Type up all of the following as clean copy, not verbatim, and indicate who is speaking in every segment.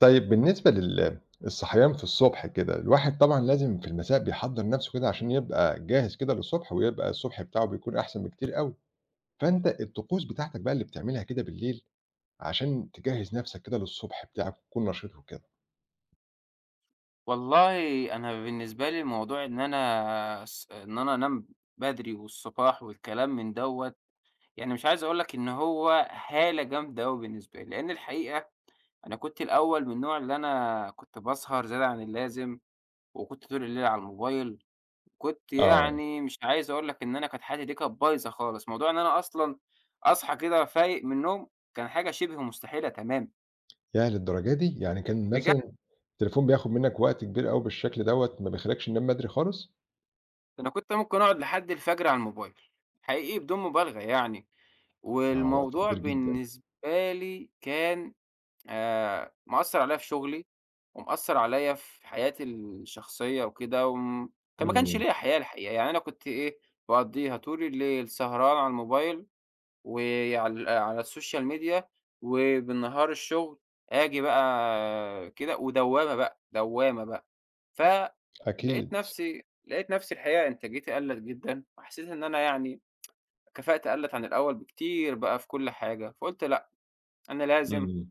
Speaker 1: طيب بالنسبة الصحيان في الصبح كده، الواحد طبعًا لازم في المساء بيحضّر نَفْسه كده عشان يبقى جاهز كده للصبح، ويبقى الصبح بتاعه بيكون أحسن بكتير أوي، فأنت الطقوس بتاعتك بقى اللي بتعملها كده بالليل، عشان تجهّز نَفْسك كده للصبح بتاعك وتكون نشيط وكده.
Speaker 2: والله أنا بالنسبة لي موضوع إن أنا إن أنا أنام بدري والصباح والكلام من دوّة، يعني مش عايز أقول لك إن هو هالة جامدة أوي بالنسبة لي، لإن الحقيقة أنا كنت الأول من النوع اللي أنا كنت باسهر زيادة عن اللازم، وكنت طول الليل على الموبايل، كنت
Speaker 1: آه،
Speaker 2: يعني مش عايز أقول لك إن أنا كانت حياتي دي كانت بايظة خالص. موضوع إن أنا أصلًا أصحى كده فايق من النوم كان حاجة شبه مستحيلة تمامًا،
Speaker 1: ياه للدرجة دي! يعني كان
Speaker 2: بجد.
Speaker 1: مثلًا التليفون بياخُد منّك وقت كبير أوي بالشكل دوّة، ما بيخلّيكش تنام بدري خالص؟
Speaker 2: أنا كنت ممكن أقعد لحد الفجر على الموبايل، حقيقي بدون مبالغة يعني.
Speaker 1: آه، وقت
Speaker 2: والموضوع
Speaker 1: كبير جدًا.
Speaker 2: بالنسبة لي كان مأثّر عليَّ في شغلي، ومأثّر عليَّ في حياتي الشخصية وكده، وم كان ما كانش
Speaker 1: إمم،
Speaker 2: ليّا حياة الحقيقة، يعني أنا كنت إيه، باقضّيها طول الليل سهران على الموبايل على السوشيال ميديا، وبالنهار الشغل، آجي بقى كده ودوّامة بقى، دوّامة بقى. فلقيت
Speaker 1: أكيد.
Speaker 2: نَفْسي لقيت نَفْسي الحقيقة إنتاجيتي قَلّت جدًا، وحسيت إن أنا يعني كفاءتي قلّت عن الأول بكتير بقى في كل حاجة، فقُلت لأ، أنا لازم
Speaker 1: إمم.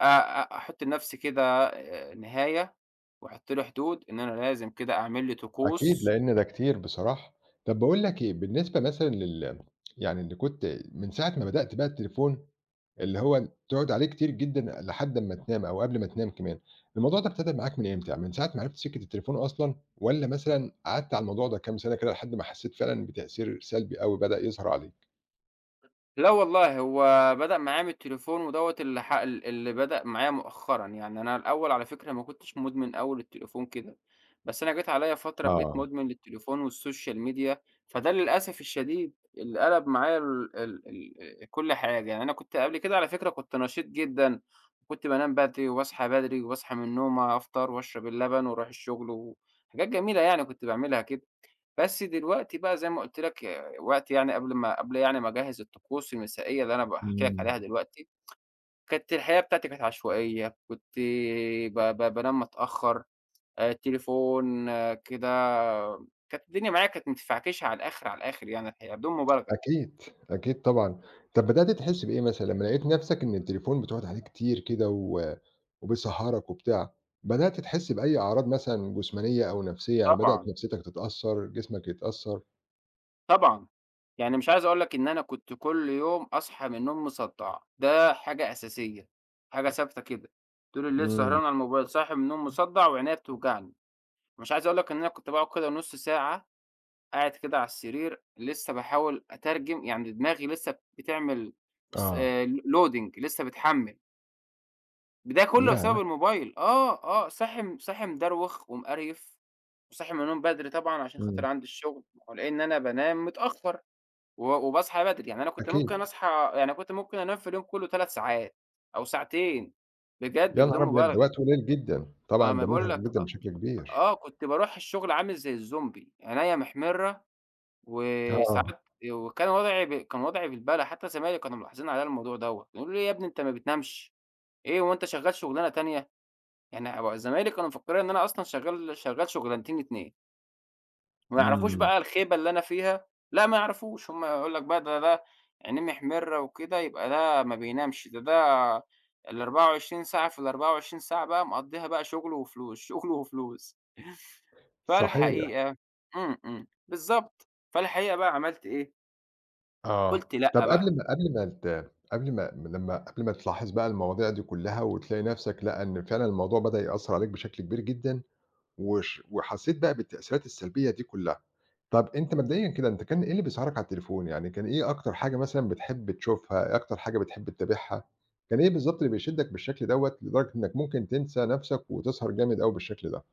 Speaker 2: أ أ أحُط لنَفْسي كده نهاية وأحُط له حدود، إن أنا لازم كده أعمل لي
Speaker 1: أكيد،
Speaker 2: طقوس.
Speaker 1: لإن ده كتير بصراحة. طب باقول لك إيه، بالنسبة مثلًا يعني اللي كنت من ساعة ما بدأت بقى التليفون اللي هو تقعد عليه كتير جدًا لحد أمّا تنام أو قبل ما تنام كمان، الموضوع ده ابتدى معاك من إمتى؟ يعني من ساعة ما عرفت سِكّة التليفون أصلًا والّا مثلًا قعدت على الموضوع ده كام سَنة كده لحد ما حسّيت فعلًا بتأثير سلبي أوي بدأ يظهر عليك؟
Speaker 2: لا والله هو بدأ معايا من التليفون ودوّة اللي ح ال اللي بدأ معايا مؤخرًا، يعني أنا الأول على فكرة ما كنتش مدمن أوي للتليفون كده، بس أنا جيت عليَّ فترة بقيت
Speaker 1: آه.
Speaker 2: مدمن للتليفون والsocial media، فده للأسف الشديد اللي قلب معايا ال كل حاجة، يعني أنا كنت قبل كده على فكرة كنت نشيط جدًا، وكنت بانام بدري وباصحى بدري، وباصحى من النوم أفطر وأشرب اللبن وأروح الشغل، وحاجات جميلة يعني كنت باعملها كده. بس دلوقتي بقى زي ما قُلت لك، وقت يعني قبل ما أجهّز الطقوس المسائية اللي أنا باحكي لك
Speaker 1: إمم.
Speaker 2: عليها دلوقتي، كانت الحياة بتاعتي كانت عشوائية، كنت ب ب بانام متأخّر، التليفون، آه كده كانت الدنيا معايا كانت متفعكشة على الآخر، على الآخر يعني الحقيقة بدون مبالغة.
Speaker 1: أكيد، أكيد طبعًا. طَب بدأتِ تحسّي بإيه مثلًا لمّا لقيتِ نَفْسِك إن التليفون بتقعد عليه كتير كده وبيسهّرك وبتاع، بدأتِ تحسّي بأي أعراض مثلًا جسمانية أو نَفْسية، يعني بدأت
Speaker 2: طبعًا،
Speaker 1: نَفْسيتك تتأثّر، جسمك يتأثّر؟
Speaker 2: طبعًا، يعني مش عايز أقول لك إن أنا كنت كل يوم أصحى من النوم مصدّع، ده حاجة أساسية، حاجة ثابتة كده، طول الليل سهران
Speaker 1: إمم،
Speaker 2: على الموبايل، صاحي من النوم مصدّع وعينيّا بتوجعني. مش عايز أقول لك إن أنا كنت باقعد كده نُص ساعة قاعد كده على السرير لسه باحاول أترجم، يعني دماغي لسه بتعمل بس،
Speaker 1: آه،
Speaker 2: loading لسه بتحمّل، ده كلّه
Speaker 1: ياه!
Speaker 2: بسبب الموبايل. آه، آه، صاحي مدروخ ومقريف، وصاحي من النوم بدري طبعًا عشان خاطر
Speaker 1: إمم،
Speaker 2: عندي الشغل، ولإن أنا بانام متأخر وباصحى بدري، يعني أنا كنت ممكن
Speaker 1: أكيد.
Speaker 2: أصحى يعني كنت ممكن أنام في اليوم كلّه 3 ساعات أو ساعتين، بجد
Speaker 1: يا
Speaker 2: بدون
Speaker 1: نهار أبيض! ده
Speaker 2: مبالغة.
Speaker 1: وقت قليل جدًا،
Speaker 2: ما
Speaker 1: طبعًا
Speaker 2: أنا
Speaker 1: ده
Speaker 2: باقول
Speaker 1: مُرهق
Speaker 2: لك،
Speaker 1: جدًا
Speaker 2: آه،
Speaker 1: بشكل كبير.
Speaker 2: آه، كنت باروح الشغل عامل زي الزومبي، عينيّا محمرة
Speaker 1: آه،
Speaker 2: وساعات وكان وضعي بالبلة، حتى زمايلي كانوا ملاحظين عليَّ الموضوع دوّة، يقولوا لي: "يا ابني أنت ما بتنامش، إيه هو أنت شغال شغلانة تانية؟" يعني هو زمايلي كانوا مفكرين إن أنا أصلًا شغال شغلانتين 2، وما يعرفوش
Speaker 1: إمم،
Speaker 2: بقى الخيبة اللي أنا فيها، لأ ما يعرفوش، هم يقول لك بقى ده عينيه محمرة وكده يبقى ده ما بينامش، ده ال24 ساعة في ال24 ساعة بقى مقضيها بقى شغل وفلوس، شغل وفلوس.
Speaker 1: صحيح.
Speaker 2: فالحقيقة، إمم، إمم، بالضبط، فالحقيقة بقى عملت إيه،
Speaker 1: آه،
Speaker 2: قُلت
Speaker 1: طب
Speaker 2: لأ
Speaker 1: قبل
Speaker 2: بقى.
Speaker 1: ما قبل ما ت قبل ما لمّا قبل ما تلاحظ بقى المواضيع دي كلّها وتلاقي نفْسك لأ، إن فعلًا الموضوع بدأ يأثّر عليك بشكل كبير جدًا، وش وحسّيت بقى بالتأثيرات السلبية دي كلّها، طب أنت مبدئيًا كده أنت كان إيه اللي بيسهرك على التليفون؟ يعني كان إيه أكتر حاجة مثلًا بتحب تشوفها، إيه أكتر حاجة بتحب تتابعها؟ كان إيه بالضبط اللي بيشدّك بالشكل دوّة لدرجة إنك ممكن تنسى نفْسك وتسهر جامد أوي بالشكل ده؟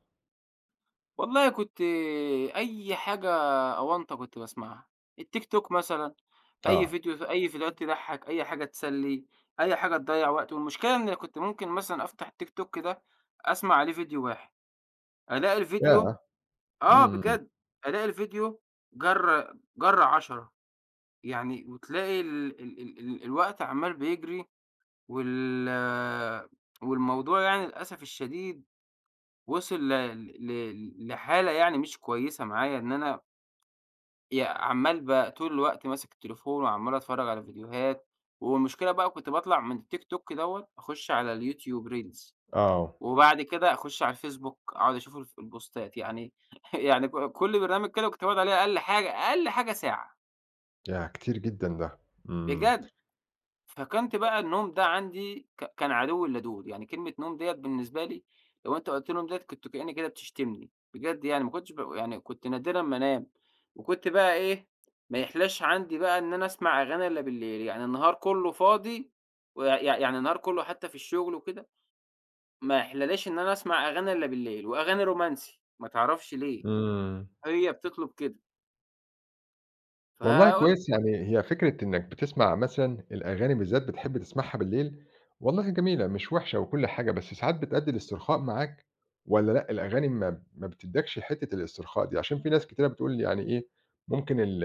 Speaker 2: والله كنت أي حاجة أونطة كنت باسمعها، التيك توك مثلًا، أي
Speaker 1: آه،
Speaker 2: فيديو، أي فيديوهات تضحّك، أي حاجة تسلّي، أي حاجة تضيّع وقت. والمشكلة إن أنا كنت ممكن مثلًا أفتح التيك توك ده أسمع عليه فيديو واحد، ألاقي
Speaker 1: ياه!
Speaker 2: الفيديو، آه
Speaker 1: إمم،
Speaker 2: بجد، ألاقي الفيديو جَر جَر 10 يعني وتلاقي ال الوقت عمّال بيجري وال والموضوع يعني للأسف الشديد وصل ل ل لحالة يعني مش كويسة معايا، إن أنا يا عمّال طول الوقت ماسك التليفون وعمّال أتفرّج على فيديوهات. والمشكلة بقى كنت باطلع من التيك توك دوّة أخُش على اليوتيوب reels،
Speaker 1: آه،
Speaker 2: وبعد كده أخُش على الفيسبوك أقعد أشوف الف البوستات، يعني يعني كل برنامج كده كنت باقعد عليه أقل حاجة، أقل حاجة ساعة،
Speaker 1: ياه! كتير جدًا ده، إمم،
Speaker 2: بجد. فكنت بقى النوم ده عندي كان عدوي اللدود، يعني كلمة نوم ديّة بالنسبة لي لو أنت قُلت لهم ديّة كنت كإن كده بتشتمني، بجد يعني ما كنتش ب يعني كنت نادرًا ما أنام. وكنت بقى إيه، ما يحلاش عندي بقى إن أنا أسمع أغاني إلا بالليل، يعني النهار كلّه فاضي ويع يع يعني النهار كلّه حتى في الشغل وكده، ما يحلاليش إن أنا أسمع أغاني إلا بالليل، وأغاني رومانسي، ما تعرفش ليه،
Speaker 1: إمم.
Speaker 2: هي بتطلب كده.
Speaker 1: والله
Speaker 2: فقُلت،
Speaker 1: كويس، يعني هي فكرة إنّك بتسمع مثلًا الأغاني بالذات بتحب تسمعها بالليل، والله جميلة مش وحشة وكل حاجة، بس ساعات بتأدي للاسترخاء معاك والّا لأ، الأغاني ما بتدّيكش حتّة الاسترخاء دي؟ عشان في ناس كتيرة بتقول يعني إيه، ممكن ال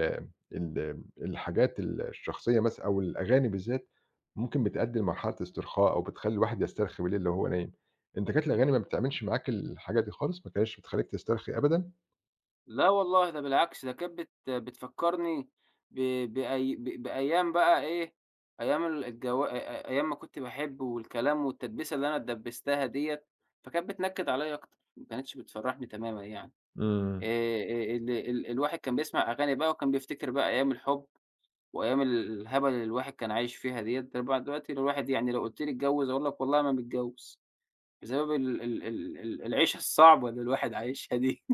Speaker 1: ال الحاجات الشخصية مثلًا أو الأغاني بالذات، ممكن بتأدي لمرحلة استرخاء أو بتخلّي الواحد يسترخي بالليل لو هو نايم، أنت كانت الأغاني ما بتعملش معاك الحاجة دي خالص، ما كانتش بتخلّيك تسترخي أبدًا؟
Speaker 2: لا والله ده بالعكس، ده كانت بتفكّرني ب بأي بأيام بقى إيه، أيام ال الجو أيام ما كنت باحبه والكلام والتدبيسة اللي أنا اتدبستها ديّة، فكانت بتنكد عليَّ أكتر، ما كانتش بتفرّحني تمامًا يعني. آآ
Speaker 1: إمم.
Speaker 2: ال ال الواحد كان بيسمع أغاني بقى وكان بيفتكر بقى أيام الحُب وأيام ال الهبل اللي الواحد كان عايش فيها ديّة، طبعًا دلوقتي الواحد يعني لو قُلت لي اتجوّز، هاقول لك والله ما متجوّز، بسبب ال العيشة الصعبة اللي الواحد عايشها دي.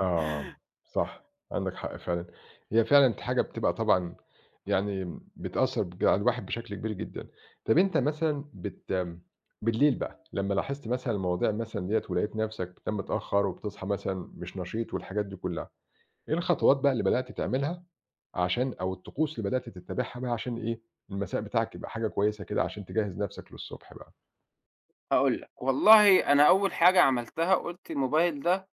Speaker 1: آه، صح، عندك حق فعلًا. هي فعلًا حاجة بتبقى طبعًا يعني بتأثّر على الواحد بشكل كبير جدًا. طَب أنت مثلًا بت بالليل بقى، لمّا لاحظت مثلًا المواضيع مثلًا ديّة ولقيت نَفْسك بتنام متأخّر وبتصحى مثلًا مش نشيط والحاجات دي كُلّها، إيه الخطوات بقى اللي بدأت تعملها عشان أو الطقوس اللي بدأت تتّبعها بقى عشان إيه، المساء بتاعك يبقى حاجة كويسة كده عشان تجهّز نَفْسك للصبح بقى؟
Speaker 2: هاقول لك، والله أنا أول حاجة عملتها قُلت الموبايل ده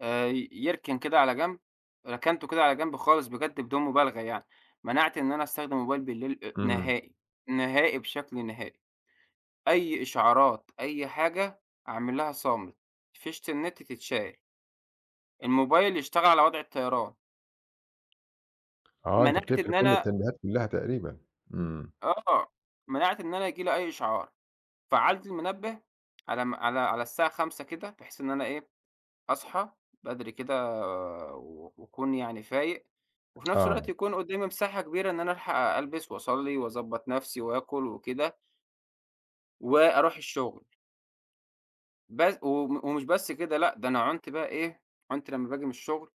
Speaker 2: آآ يركن كده على جنب، ركنته كده على جنب خالص بجد بدون مبالغة يعني، منعت إن أنا أستخدم موبايل بالليل
Speaker 1: إمم.
Speaker 2: نهائي، نهائي بشكل نهائي، أي إشعارات، أي حاجة أعمل لها صامت، فيشة النت تتشال، الموبايل يشتغل على وضع الطيران.
Speaker 1: آه، أنت
Speaker 2: منعت
Speaker 1: بتقفل
Speaker 2: إن
Speaker 1: كل
Speaker 2: أنا،
Speaker 1: التنبيهات كُلّها تقريبًا. إمم.
Speaker 2: آه، منعت إن أنا ييجي لي أي إشعار، فعّلت المنبه على م على على الساعة 05:00 كده بحيث إن أنا إيه أصحى بدري كده وأكون يعني فايق، وفي نفس الوقت
Speaker 1: آه،
Speaker 2: يكون قدّامي مساحة كبيرة إن أنا ألحق ألبس وأصلّي وأضبّط نفسي وآكل وكده، وأروح الشغل. بس وم ومش بس كده لأ، ده أنا عُنت بقى إيه، عُنت لمّا باجي من الشغل،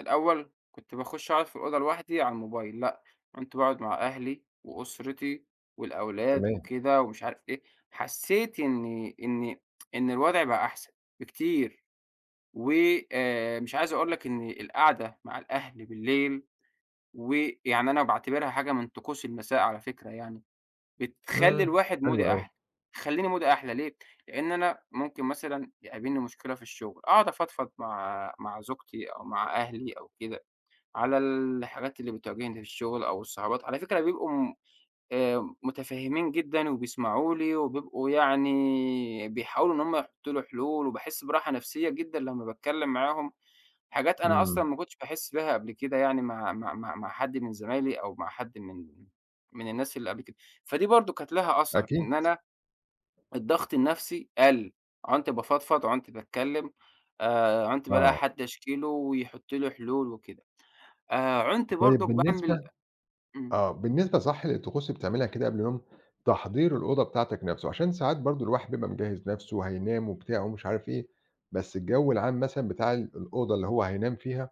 Speaker 2: الأول كنت باخش أقعد في الأوضة لوحدي على الموبايل، لأ، عُنت باقعد مع أهلي وأسرتي والأولاد
Speaker 1: تمام.
Speaker 2: وكده ومش عارف إيه، حسّيت إني إن الوضع بقى أحسن بكتير. و مش عايز أقول لك إن القعدة مع الأهل بالليل ويعني أنا باعتبرها حاجة من طقوس المساء على فكرة يعني، بتخلّي
Speaker 1: إمم،
Speaker 2: الواحد
Speaker 1: حلو
Speaker 2: مودي
Speaker 1: أوي،
Speaker 2: أحلى، بتخلّيني مودي أحلى ليه؟ لإن أنا ممكن مثلًا يقابلني مشكلة في الشغل، أقعد أفضفض مع زوجتي أو مع أهلي أو كده، على الحاجات اللي بتواجهني في الشغل أو الصعوبات، على فكرة بيبقوا متفهمين جدًا وبيسمعوا لي وبيبقوا يعني بيحاولوا إن هم يحطّوا لي حلول، وباحس براحة نفسية جدًا لمّا باتكلم معاهم. حاجات أنا أصلًا
Speaker 1: إمم،
Speaker 2: ما كنتش باحس بيها قبل كده يعني مع حد من زمايلي أو مع حد من الناس اللي قبل كده، فدي برضه كانت لها أثر، إن
Speaker 1: أكيد،
Speaker 2: أنا الضغط النفسي قَل، عُنت بافضفض، عُنت باتكلم، عُنت بالاقي
Speaker 1: آه،
Speaker 2: حد أشكي له ويحط لي حلول وكده، عُنت
Speaker 1: طيب
Speaker 2: برضك باعمل،
Speaker 1: بالنسبة
Speaker 2: إمم،
Speaker 1: آه، بالنسبة صح للطقوس اللي بتعملها كده قبل النوم، تحضير الأوضة بتاعتك نفسه، عشان ساعات برضه الواحد بيبقى مجهّز نفسه وهينام وبتاع ومش عارف إيه، بس الجو العام مثلًا بتاع الأوضة اللي هو هينام فيها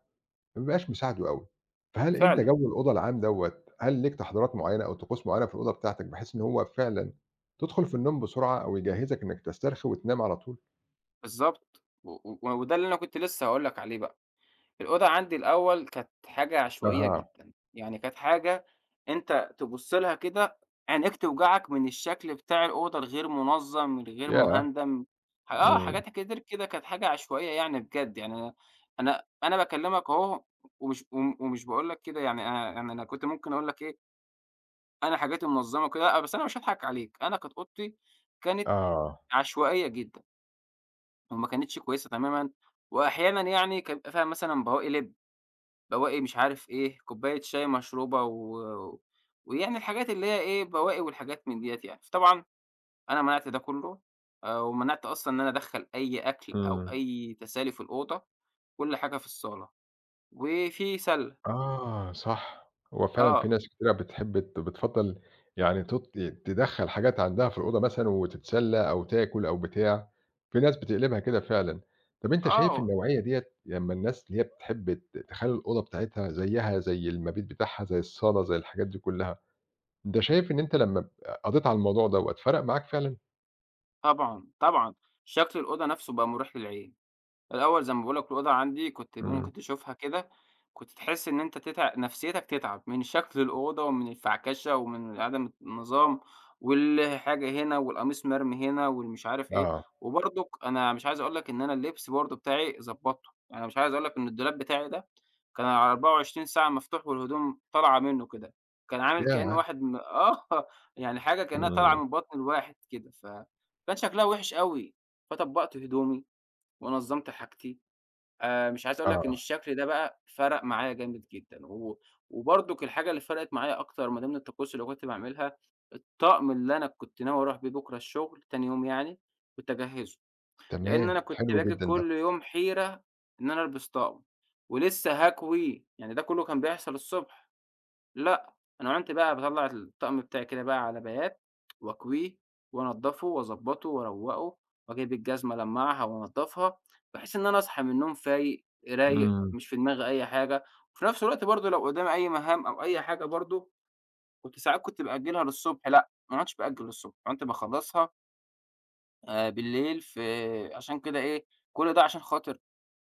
Speaker 1: ما بيبقاش مساعده أوي، فهل أنت
Speaker 2: فعلًا،
Speaker 1: جو الأوضة العام دوّة، هل ليك تحضيرات معيّنة أو طقوس معيّنة في الأوضة بتاعتك، بحيث إن هو فعلًا تدخل في النوم بسرعة أو يجهّزك إنك تسترخي وتنام على طول؟
Speaker 2: بالضبط، و و وده اللي أنا كنت لسه هاقول لك عليه بقى. الأوضة عندي الأول كانت حاجة عشوائية
Speaker 1: أها،
Speaker 2: جدًا، يعني كانت حاجة أنت تبُص لها كده عينيك توجعك من الشكل بتاع الأوضة الغير منظم، الغير
Speaker 1: ياه!
Speaker 2: مهندم، ح آه
Speaker 1: إمم،
Speaker 2: حاجات كتير كده كانت حاجة عشوائية يعني بجد، يعني أنا باكلمك أهو ومش باقول لك كده يعني أنا يعني أنا كنت ممكن أقول لك إيه، أنا حاجاتي منظمة كده، لأ بس أنا مش هاضحك عليك، أنا كانت أوضتي كانت
Speaker 1: آه،
Speaker 2: عشوائية جدًا، وما كانتش كويسة تمامًا، وأحيانًا يعني كان بيبقى فيها مثلًا بواقي لِب. بواقي مش عارف إيه، كوباية شاي مشروبة و ويعني الحاجات اللي هي إيه، بواقي والحاجات من ديّة يعني. فطبعًا أنا منعت ده كُلّه، ومنعت أصلًا إن أنا أدخّل أي أكل أو
Speaker 1: إمم.
Speaker 2: أي تسالي في الأوضة، كل حاجة في الصالة. وفي سَلّة،
Speaker 1: آه صح، هو فعلًا في
Speaker 2: آه،
Speaker 1: ناس كتيرة بتحب بتفضّل يعني تدخّل حاجات عندها في الأوضة مثلًا وتتسلّى أو تاكل أو بتاع، في ناس بتقلبها كده فعلًا. طَب أنت شايف
Speaker 2: آه،
Speaker 1: النوعية ديّة لمّا الناس اللي هي بتحب تخلّي الأوضة بتاعتها زيّها زي المبيت بتاعها، زي الصالة، زي الحاجات دي كلّها، أنت شايف إن أنت لمّا قضيت على الموضوع دوّة فرَق معاك فعلًا؟
Speaker 2: طبعًا، طبعًا. شكل الأوضة نَفْسه بقى مُريح للعين. الأول زي ما باقول لك الأوضة عندي كنت
Speaker 1: إمم،
Speaker 2: ممكن تشوفها كده، كنت تحس إن أنت نفسيتك تتعب من شكل الأوضة ومن الفعكشة ومن عدم النظام، والحاجة هنا والقميص مرمي هنا والمش عارف إيه،
Speaker 1: آه،
Speaker 2: وبرضك أنا مش عايز أقول لك إن أنا اللبس برضه بتاعي ضبطته، أنا مش عايز أقول لك إن الدولاب بتاعي ده كان على 24 ساعة مفتوح والهدوم طالعة منه كده، كان عامل كأن
Speaker 1: ياه!
Speaker 2: واحد م آه يعني حاجة كأنها طالعة
Speaker 1: إمم،
Speaker 2: من بطن الواحد كده، فكان شكلها وِحِش أوي، فطبّقت هدومي ونظّمت حاجتي. مش عايز أقول لك إن
Speaker 1: آه،
Speaker 2: الشكل ده بقى فرَق معايا جامد جدًا، و وبرضُك الحاجة اللي فرقت معايا أكتر ما ضمن الطقوس اللي كنت باعملها، الطقم اللي أنا كنت ناوي أروح بيه بُكرة الشغل، تاني يوم يعني، كنت أجهّزه، لإن
Speaker 1: تمام،
Speaker 2: أنا كنت
Speaker 1: حلو
Speaker 2: باجي
Speaker 1: جدًا ده،
Speaker 2: كل يوم حيرة إن أنا ألبس طقم، ولسه هاكوي، يعني ده كلّه كان بيحصل الصبح. لأ، أنا كنت بقى باطلّع الطقم بتاعي كده بقى على بيات وأكويه وأنضّفه وأضبّطه وأروّقه وأجيب الجزمة ألمّعها وأنضّفها، بحيث إن أنا أصحى من النوم فايق، رايق،
Speaker 1: إمم،
Speaker 2: مش في دماغي أي حاجة، وفي نفس الوقت برضه لو قدامي أي مهام أو أي حاجة برضه كنت ساعات كنت بأجّلها للصبح لأ، ما عُدتش باأجّل للصبح، كنت باخلّصها بالليل في عشان كده إيه، كل ده عشان خاطر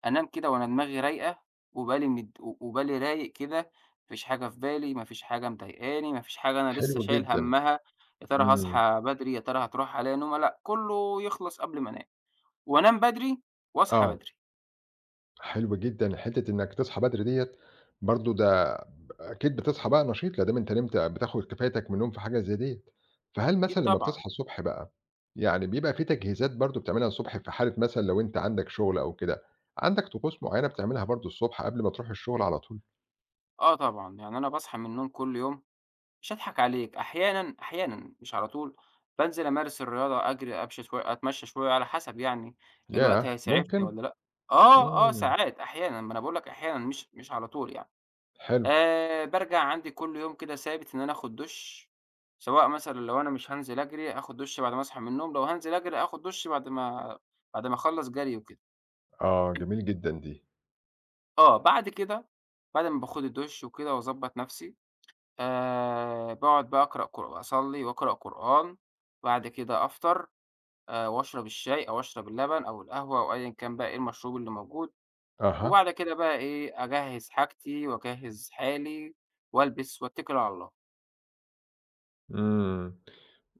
Speaker 2: أنام كده وأنا دماغي رايقة وبالي مد و وبالي رايق كده، ما فيش حاجة في بالي، ما فيش حاجة مضايقاني، ما فيش حاجة أنا لسه
Speaker 1: حلو
Speaker 2: شايل
Speaker 1: جدًا،
Speaker 2: همّها، يا ترى
Speaker 1: إمم،
Speaker 2: هاصحى بدري، يا ترى هتروح عليَّ نومة، لأ، كله يخلص قبل ما أنام، وأنام بدري وأصحى
Speaker 1: آه.
Speaker 2: بدري.
Speaker 1: حلو جدًا، حتّة إنّك تصحى بدري ديّة برضه ده أكيد بتصحى بقى نشيط، لا دام أنت نمت بتاخد كفايتك من النوم في حاجة زي ديّة، فهل
Speaker 2: أكيد
Speaker 1: مثلًا لمّا
Speaker 2: طبعًا.
Speaker 1: بتصحى الصبح بقى، يعني بيبقى في تجهيزات برضه بتعملها الصبح في حالة مثلًا لو أنت عندك شغل أو كده، عندك طقوس معيّنة بتعملها برضه الصبح قبل ما تروح الشغل على طول؟
Speaker 2: آه طبعًا، يعني أنا باصحى من النوم كل يوم مش هاضحك عليك، أحيانًا، أحيانًا مش على طول، بانزل أمارس الرياضة، أجري، أمشي شوية، أتمشى شوية، على حسب يعني الوقت
Speaker 1: ياه!
Speaker 2: هيسعفني
Speaker 1: ممكن؟
Speaker 2: والّا لأ. آه، آه،
Speaker 1: إمم،
Speaker 2: ساعات أحيانًا، ما أنا باقول لك أحيانًا مش على طول يعني.
Speaker 1: حلو،
Speaker 2: بارجع عندي كل يوم كده ثابت إن أنا آخد دُش، سواء مثلًا لو أنا مش هانزل أجري، آخد دُش بعد ما أصحى من النوم، لو هانزل أجري، آخد دُش بعد ما أخلّص جري وكده.
Speaker 1: آه، جميل جدًا دي،
Speaker 2: آه، بعد كده، بعد ما باخد الدُش وكده وأضبّط نفسي، باقعد بقى أقرأ قر أصلّي وأقرأ قرآن، بعد كده أفطر، وأشرب الشاي أو أشرب اللبن أو القهوة أو أيًا كان بقى إيه المشروب اللي موجود،
Speaker 1: أها،
Speaker 2: وبعد كده بقى إيه، أجهّز حاجتي وأجهّز حالي وألبس وأتّكل على الله.
Speaker 1: إمم،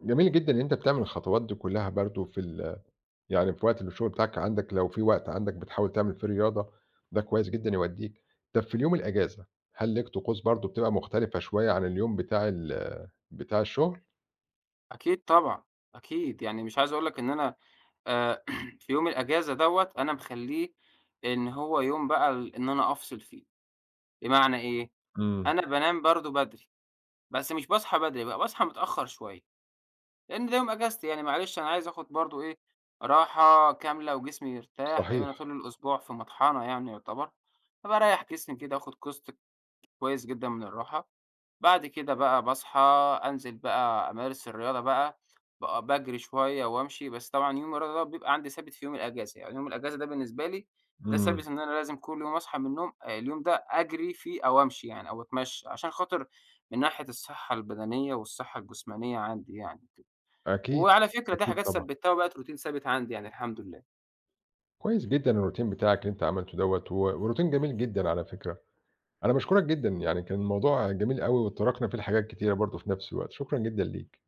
Speaker 1: جميل جدًا إن أنت بتعمل الخطوات دي كلّها برضه في يعني في وقت الشغل بتاعك عندك لو في وقت عندك بتحاول تعمل فيه رياضة، ده كويس جدًا يودّيك. طب في اليوم الأجازة، هل ليك طقوس برضه بتبقى مختلفة شوية عن اليوم بتاع بتاع الشغل؟
Speaker 2: أكيد طبعًا، أكيد. يعني مش عايز أقول لك إن أنا آآ في يوم الأجازة دوّة أنا مخلّيه إن هو يوم بقى إن أنا أفصل فيه، بمعنى إيه،
Speaker 1: إمم،
Speaker 2: أنا بانام برضه بدري، بس مش باصحى بدري بقى، باصحى متأخّر شوية. لإن ده يوم إجازتي يعني معلش أنا عايز آخُد برضه إيه، راحة كاملة وجسمي يرتاح، لإن
Speaker 1: صحيح،
Speaker 2: أنا طول الأسبوع في مطحنة يعني يُعتبر، فباريّح جسمي كده آخُد قِسط كويس جدًا من الراحة، بعد كده بقى باصحى أنزل بقى أمارس الرياضة بقى، باجري شوية وأمشي، بس طبعًا يوم الرياضة ده بيبقى عندي ثابت في يوم الإجازة، يعني يوم الإجازة ده بالنسبة لي ده
Speaker 1: إمم،
Speaker 2: ثابت إن أنا لازم كل يوم أصحى من النوم، اليوم ده أجري فيه أو أمشي يعني أو أتمشّى، عشان خاطر من ناحية الصحة البدنية والصحة الجسمانية عندي يعني.
Speaker 1: أكيد،
Speaker 2: وعلى فكرة دي
Speaker 1: أكيد
Speaker 2: حاجات
Speaker 1: طبعًا.
Speaker 2: ثبّتها وبقت روتين ثابت عندي يعني الحمد لله.
Speaker 1: كويس جدًا الروتين بتاعك اللي أنت عملته دوّة، وروتين جميل جدًا على فكرة. أنا باشكرك جدًا، يعني كان الموضوع جميل أوي واتطرقنا فيه لحاجات كتيرة برضه في نفس الوقت، شكرًا جدًا ليك.